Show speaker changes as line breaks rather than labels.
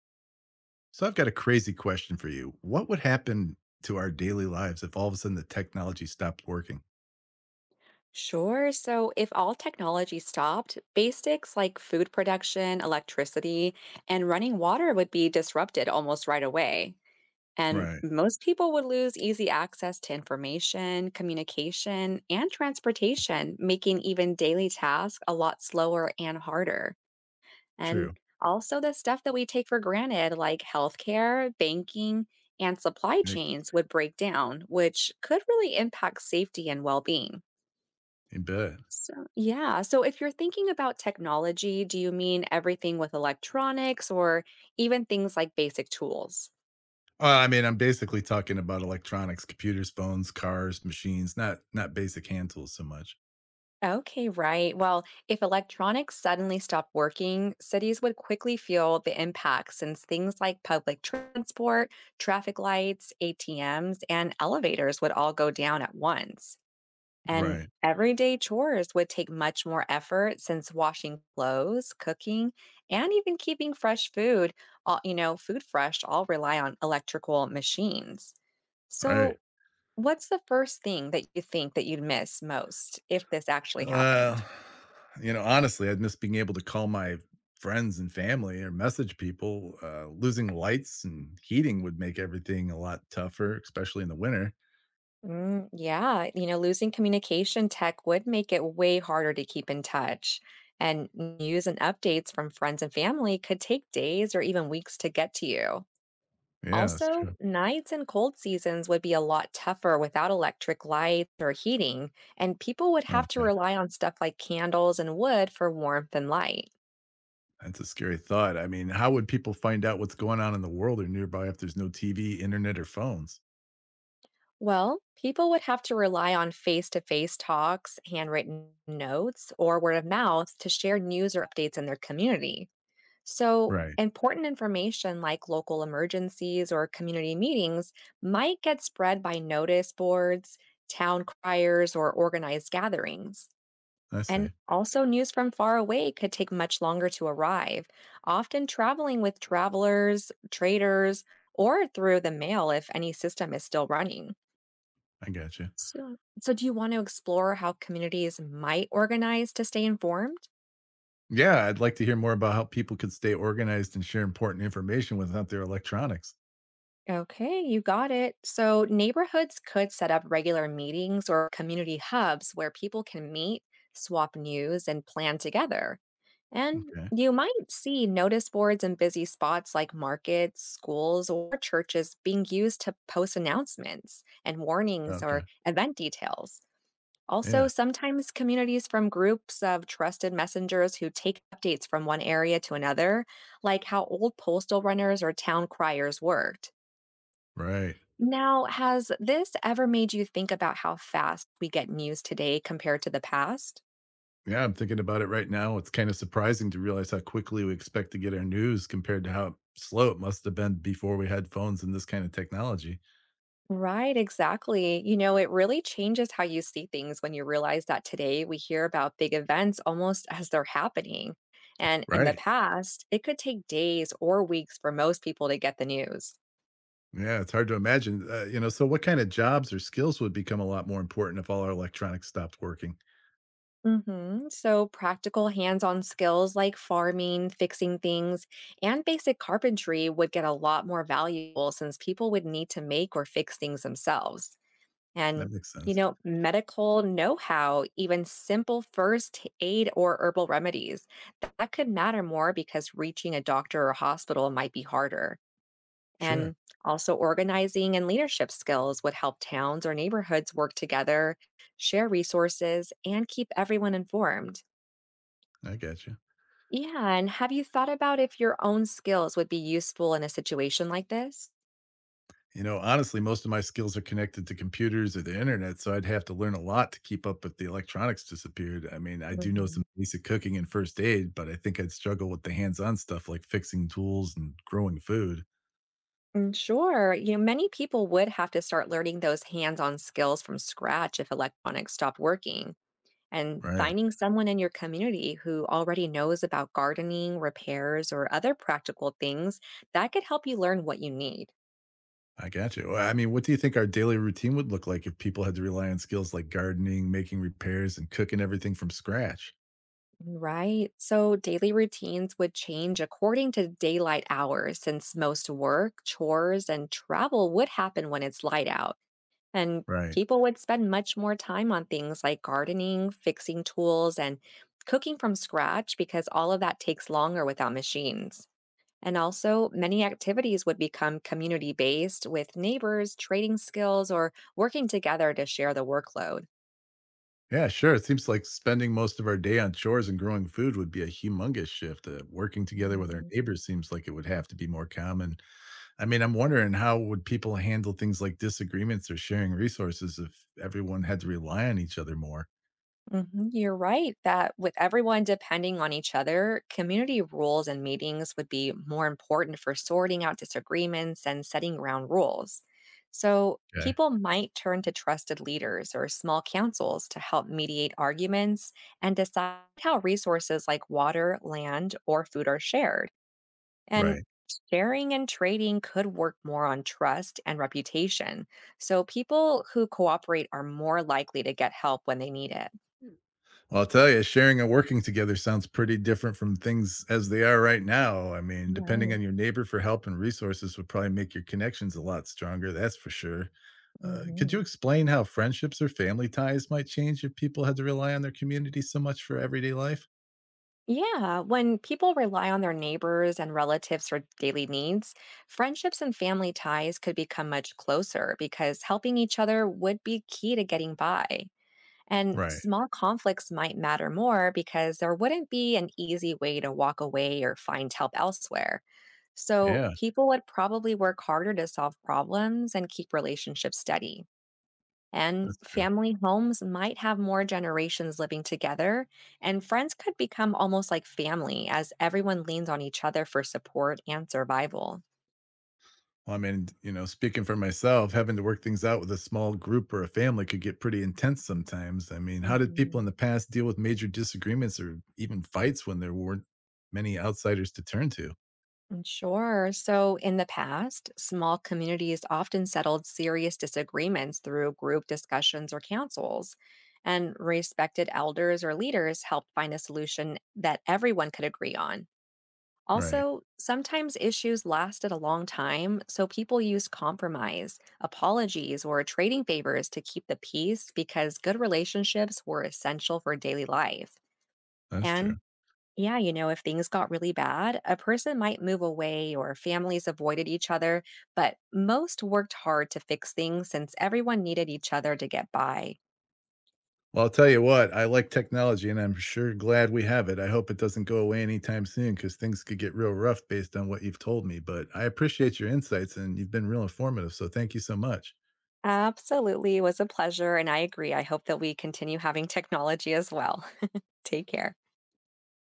So I've got a crazy question for you. What would happen to our daily lives if all of a sudden the technology stopped working?
Sure. So if all technology stopped, basics like food production, electricity, and running water would be disrupted almost right away. And
Right.
most people would lose easy access to information, communication, and transportation, making even daily tasks a lot slower and harder. And
True.
also, the stuff that we take for granted, like healthcare, banking, and supply
Like,
chains, would break down, which could really impact safety and well being.
I bet.
So, yeah. So, if you're thinking about technology, do you mean everything with electronics or even things like basic tools?
Well, I mean, I'm basically talking about electronics, computers, phones, cars, machines, not basic hand tools so much.
Okay, right. Well, if electronics suddenly stopped working, cities would quickly feel the impact since things like public transport, traffic lights, ATMs, and elevators would all go down at once. And
Right.
everyday chores would take much more effort since washing clothes, cooking, and even keeping fresh food, all, food fresh, all rely on electrical machines. So,
Right.
what's the first thing that you think that you'd miss most if this actually
Uh,
happened?
you know, honestly, I'd miss being able to call my friends and family or message people. Losing lights and heating would make everything a lot tougher, especially in the winter.
Yeah, you know, losing communication tech would make it way harder to keep in touch. And news and updates from friends and family could take days or even weeks to get to you.
Yeah, that's
Also,
true.
nights and cold seasons would be a lot tougher without electric lights or heating, and people would have to
Okay.
rely on stuff like candles and wood for warmth and light.
That's a scary thought. I mean, how would people find out what's going on in the world or nearby if there's no TV, internet, or phones?
Well, people would have to rely on face to face talks, handwritten notes, or word of mouth to share news or updates in their community. So,
Right.
important information like local emergencies or community meetings might get spread by notice boards, town criers, or organized gatherings.
I
And
see.
also, news from far away could take much longer to arrive, often traveling with travelers, traders, or through the mail if any system is still running.
I gotcha.
So, do you want to explore how communities might organize to stay informed?
Yeah, I'd like to hear more about how people could stay organized and share important information without their electronics.
Okay, you got it. So, neighborhoods could set up regular meetings or community hubs where people can meet, swap news, and plan together. And
Okay.
you might see notice boards in busy spots like markets, schools, or churches being used to post announcements and warnings
Okay.
or event details. Also,
Yeah.
sometimes communities from groups of trusted messengers who take updates from one area to another, like how old postal runners or town criers worked.
Right.
Now, has this ever made you think about how fast we get news today compared to the past?
Yeah, I'm thinking about it right now. It's kind of surprising to realize how quickly we expect to get our news compared to how slow it must have been before we had phones and this kind of technology.
Right, exactly. You know, it really changes how you see things when you realize that today we hear about big events almost as they're happening. And in the
Right.
past, it could take days or weeks for most people to get the news.
Yeah, it's hard to imagine. You know, so what kind of jobs or skills would become a lot more important if all our electronics stopped working?
So, practical hands on skills like farming, fixing things, and basic carpentry would get a lot more valuable since people would need to make or fix things themselves. And
That makes
you
sense.
know, medical know-how, even simple first aid or herbal remedies, that could matter more because reaching a doctor or hospital might be harder.
Sure.
And also, organizing and leadership skills would help towns or neighborhoods work together, share resources, and keep everyone informed.
I got you.
Yeah, and have you thought about if your own skills would be useful in a situation like this?
You know, honestly, most of my skills are connected to computers or the internet, so I'd have to learn a lot to keep up if the electronics disappeared. I mean, I do know some
Mhm.
basic cooking and first aid, but I think I'd struggle with the hands on stuff like fixing tools and growing food.
Sure. You know, many people would have to start learning those hands on skills from scratch if electronics stopped working. And
Right.
finding someone in your community who already knows about gardening, repairs, or other practical things, that could help you learn what you need.
I got you. Well, I mean, what do you think our daily routine would look like if people had to rely on skills like gardening, making repairs, and cooking everything from scratch?
Right. So daily routines would change according to daylight hours since most work, chores, and travel would happen when it's light out. And
Right.
people would spend much more time on things like gardening, fixing tools, and cooking from scratch because all of that takes longer without machines. And also, many activities would become community based with neighbors trading skills or working together to share the workload.
Yeah, sure. It seems like spending most of our day on chores and growing food would be a humongous shift. Working together with our
Right.
neighbors seems like it would have to be more common. I mean, I'm wondering how would people handle things like disagreements or sharing resources if everyone had to rely on each other more?
Mhm, you're right that with everyone depending on each other, community rules and meetings would be more important for sorting out disagreements and setting ground rules. So,
Okay.
people might turn to trusted leaders or small councils to help mediate arguments and decide how resources like water, land, or food are shared. And
Right.
sharing and trading could work more on trust and reputation. So, people who cooperate are more likely to get help when they need it.
I'll tell you, sharing and working together sounds pretty different from things as they are right now. I mean, depending
Right.
on your neighbor for help and resources would probably make your connections a lot stronger, that's for sure. Could you
hmm
explain how friendships or family ties might change if people had to rely on their community so much for everyday life?
Yeah, when people rely on their neighbors and relatives for daily needs, friendships and family ties could become much closer because helping each other would be key to getting by. And
Right.
small conflicts might matter more because there wouldn't be an easy way to walk away or find help elsewhere. So
Yeah,
people would probably work harder to solve problems and keep relationships steady. And
that's true.
family homes might have more generations living together, and friends could become almost like family as everyone leans on each other for support and survival.
Well, I mean, you know, speaking for myself, having to work things out with a small group or a family could get pretty intense sometimes. I mean, how did people in
hmm
the past deal with major disagreements or even fights when there weren't many outsiders to turn to?
Sure. So, in the past, small communities often settled serious disagreements through group discussions or councils, and respected elders or leaders helped find a solution that everyone could agree on.
Right.
Also, sometimes issues lasted a long time, so people used compromise, apologies, or trading favors to keep the peace because good relationships were essential for daily life.
That's
And
true.
yeah, you know, if things got really bad, a person might move away or families avoided each other, but most worked hard to fix things since everyone needed each other to get by.
Well, I'll tell you what, I like technology and I'm sure glad we have it. I hope it doesn't go away anytime soon because things could get real rough based on what you've told me. But I appreciate your insights and you've been real informative. So thank you so much.
Absolutely, it was a pleasure, and I agree. I hope that we continue having technology as well. Take care.